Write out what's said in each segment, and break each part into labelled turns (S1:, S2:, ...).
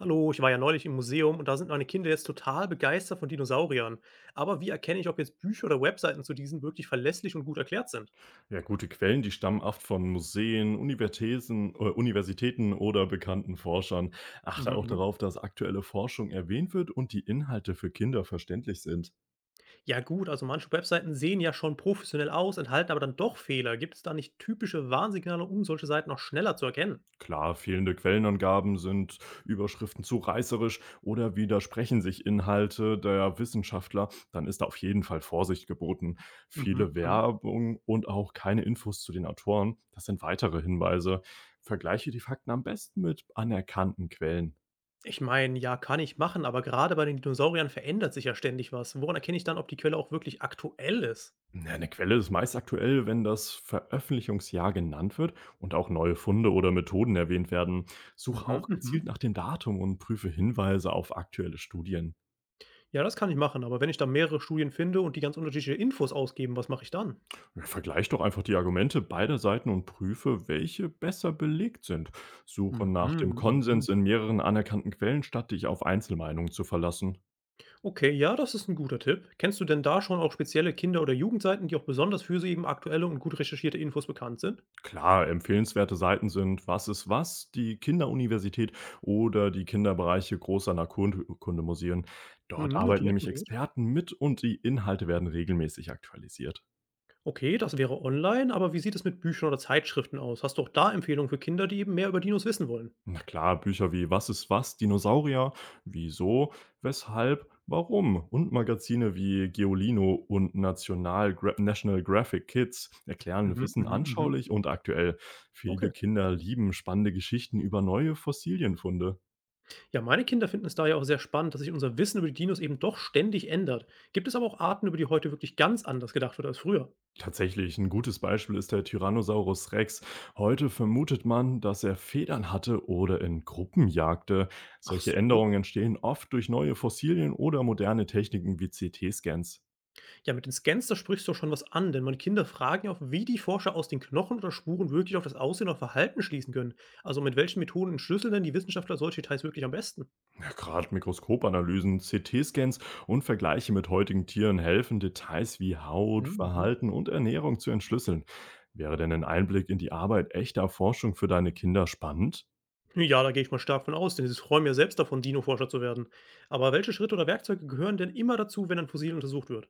S1: Hallo, ich war ja neulich im Museum und da sind meine Kinder jetzt total begeistert von Dinosauriern. Aber wie erkenne ich, ob jetzt Bücher oder Webseiten zu diesen wirklich verlässlich und gut erklärt sind?
S2: Ja, gute Quellen, die stammen oft von Museen, Universitäten, oder bekannten Forschern.
S1: Mhm,
S2: Achte auch
S1: mhm.
S2: darauf, dass aktuelle Forschung erwähnt wird und die Inhalte für Kinder verständlich sind.
S1: Ja gut, also manche Webseiten sehen ja schon professionell aus, enthalten aber dann doch Fehler. Gibt es da nicht typische Warnsignale, um solche Seiten noch schneller zu erkennen?
S2: Klar, fehlende Quellenangaben sind, Überschriften zu reißerisch oder widersprechen sich Inhalte der Wissenschaftler, dann ist da auf jeden Fall Vorsicht geboten. Viele
S1: Mhm, mhm.
S2: Werbung und auch keine Infos zu den Autoren, das sind weitere Hinweise. Vergleiche die Fakten am besten mit anerkannten Quellen.
S1: Ich meine, ja, kann ich machen, aber gerade bei den Dinosauriern verändert sich ja ständig was. Woran erkenne ich dann, ob die Quelle auch wirklich aktuell ist?
S2: Na, 'ne Quelle ist meist aktuell, wenn das Veröffentlichungsjahr genannt wird und auch neue Funde oder Methoden erwähnt werden. Suche
S1: Mhm,
S2: auch gezielt
S1: mhm.
S2: nach dem Datum und prüfe Hinweise auf aktuelle Studien.
S1: Ja, das kann ich machen, aber wenn ich da mehrere Studien finde und die ganz unterschiedliche Infos ausgeben, was mache ich dann?
S2: Ja, vergleich doch einfach die Argumente beider Seiten und prüfe, welche besser belegt sind. Suche
S1: Mhm,
S2: nach dem
S1: mhm.
S2: Konsens in mehreren anerkannten Quellen, statt dich auf Einzelmeinungen zu verlassen.
S1: Okay, ja, das ist ein guter Tipp. Kennst du denn da schon auch spezielle Kinder- oder Jugendseiten, die auch besonders für so eben aktuelle und gut recherchierte Infos bekannt sind?
S2: Klar, empfehlenswerte Seiten sind Was ist was, die Kinderuniversität oder die Kinderbereiche großer Naturkundemuseen. Dort
S1: Mhm,
S2: arbeiten
S1: notiert,
S2: nämlich
S1: notiert.
S2: Experten mit und die Inhalte werden regelmäßig aktualisiert.
S1: Okay, das wäre online, aber wie sieht es mit Büchern oder Zeitschriften aus? Hast du auch da Empfehlungen für Kinder, die eben mehr über Dinos wissen wollen?
S2: Na klar, Bücher wie Was ist was, Dinosaurier, Wieso, Weshalb, Warum und Magazine wie Geolino und National Graphic Kids erklären
S1: Mhm,
S2: Wissen
S1: mhm, mhm.
S2: anschaulich und aktuell.
S1: Okay.
S2: Viele Kinder lieben spannende Geschichten über neue Fossilienfunde.
S1: Ja, meine Kinder finden es da ja auch sehr spannend, dass sich unser Wissen über die Dinos eben doch ständig ändert. Gibt es aber auch Arten, über die heute wirklich ganz anders gedacht wird als früher?
S2: Tatsächlich, ein gutes Beispiel ist der Tyrannosaurus Rex. Heute vermutet man, dass er Federn hatte oder in Gruppen jagte.
S1: Ach
S2: Solche
S1: so.
S2: Änderungen entstehen oft durch neue Fossilien oder moderne Techniken wie CT-Scans.
S1: Ja, mit den Scans, da sprichst du schon was an, denn meine Kinder fragen ja auch, wie die Forscher aus den Knochen oder Spuren wirklich auf das Aussehen oder Verhalten schließen können. Also mit welchen Methoden entschlüsseln denn die Wissenschaftler solche Details wirklich am besten?
S2: Ja, gerade Mikroskopanalysen, CT-Scans und Vergleiche mit heutigen Tieren helfen, Details wie Haut,
S1: Mhm.
S2: Verhalten und Ernährung zu entschlüsseln. Wäre denn ein Einblick in die Arbeit echter Forschung für deine Kinder spannend?
S1: Ja, da gehe ich mal stark von aus, denn sie träumen ja selbst davon, Dino-Forscher zu werden. Aber welche Schritte oder Werkzeuge gehören denn immer dazu, wenn ein Fossil untersucht wird?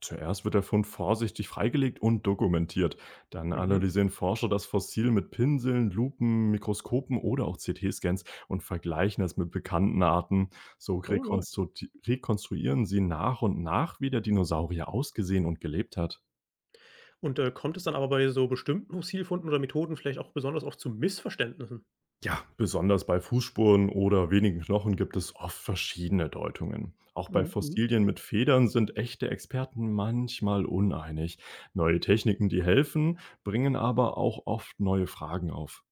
S2: Zuerst wird der Fund vorsichtig freigelegt und dokumentiert. Dann
S1: Mhm.
S2: analysieren Forscher das Fossil mit Pinseln, Lupen, Mikroskopen oder auch CT-Scans und vergleichen es mit bekannten Arten. So
S1: Oh lol.
S2: rekonstruieren sie nach und nach, wie der Dinosaurier ausgesehen und gelebt hat.
S1: Und kommt es dann aber bei so bestimmten Fossilfunden oder Methoden vielleicht auch besonders oft zu Missverständnissen?
S2: Ja, besonders bei Fußspuren oder wenigen Knochen gibt es oft verschiedene Deutungen. Auch bei
S1: Mhm.
S2: Fossilien mit Federn sind echte Experten manchmal uneinig. Neue Techniken, die helfen, bringen aber auch oft neue Fragen auf.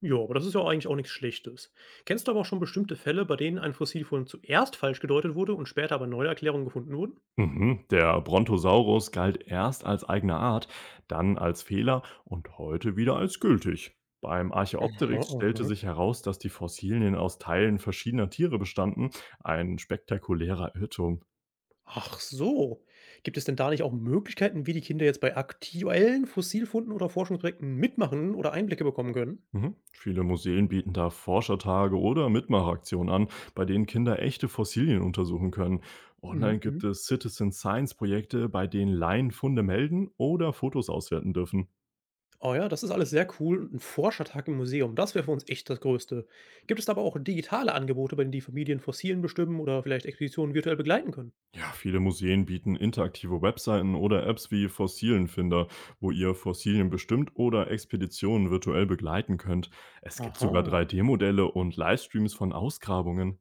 S1: Ja, aber das ist ja eigentlich auch nichts Schlechtes. Kennst du aber auch schon bestimmte Fälle, bei denen ein Fossilfund zuerst falsch gedeutet wurde und später aber neue Erklärungen gefunden wurden?
S2: Mhm, der Brontosaurus galt erst als eigene Art, dann als Fehler und heute wieder als gültig. Beim
S1: Aha,
S2: Archaeopteryx
S1: aha.
S2: stellte sich heraus, dass die Fossilien aus Teilen verschiedener Tiere bestanden, ein spektakulärer Irrtum.
S1: Ach so. Gibt es denn da nicht auch Möglichkeiten, wie die Kinder jetzt bei aktuellen Fossilfunden oder Forschungsprojekten mitmachen oder Einblicke bekommen können?
S2: Mhm. Viele Museen bieten da Forschertage oder Mitmachaktionen an, bei denen Kinder echte Fossilien untersuchen können. Online
S1: Mhm,
S2: gibt
S1: mhm.
S2: es Citizen Science Projekte, bei denen Laien Funde melden oder Fotos auswerten dürfen.
S1: Oh ja, das ist alles sehr cool und ein Forschertag im Museum, das wäre für uns echt das Größte. Gibt es da aber auch digitale Angebote, bei denen die Familien Fossilien bestimmen oder vielleicht Expeditionen virtuell begleiten können?
S2: Ja, viele Museen bieten interaktive Webseiten oder Apps wie Fossilienfinder, wo ihr Fossilien bestimmt oder Expeditionen virtuell begleiten könnt. Es gibt sogar
S1: Aha.
S2: 3D-Modelle und Livestreams von Ausgrabungen.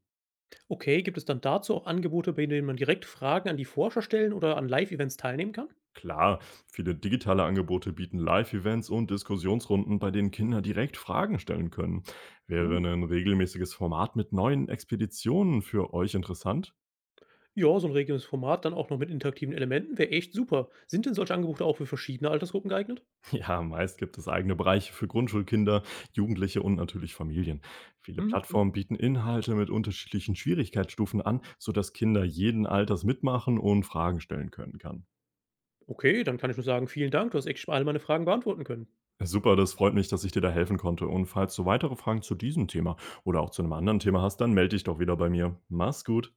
S1: Okay, gibt es dann dazu auch Angebote, bei denen man direkt Fragen an die Forscher stellen oder an Live-Events teilnehmen kann?
S2: Klar, viele digitale Angebote bieten Live-Events und Diskussionsrunden, bei denen Kinder direkt Fragen stellen können. Wäre
S1: Cool.
S2: ein regelmäßiges Format mit neuen Expeditionen für euch interessant?
S1: Ja, so ein regelmäßiges Format dann auch noch mit interaktiven Elementen wäre echt super. Sind denn solche Angebote auch für verschiedene Altersgruppen geeignet?
S2: Ja, meist gibt es eigene Bereiche für Grundschulkinder, Jugendliche und natürlich Familien. Viele
S1: Mhm, mhm.
S2: Plattformen bieten Inhalte mit unterschiedlichen Schwierigkeitsstufen an, sodass Kinder jeden Alters mitmachen und Fragen stellen können kann.
S1: Okay, dann kann ich nur sagen, vielen Dank, du hast echt alle meine Fragen beantworten können.
S2: Ja, super, das freut mich, dass ich dir da helfen konnte. Und falls du weitere Fragen zu diesem Thema oder auch zu einem anderen Thema hast, dann melde dich doch wieder bei mir. Mach's gut.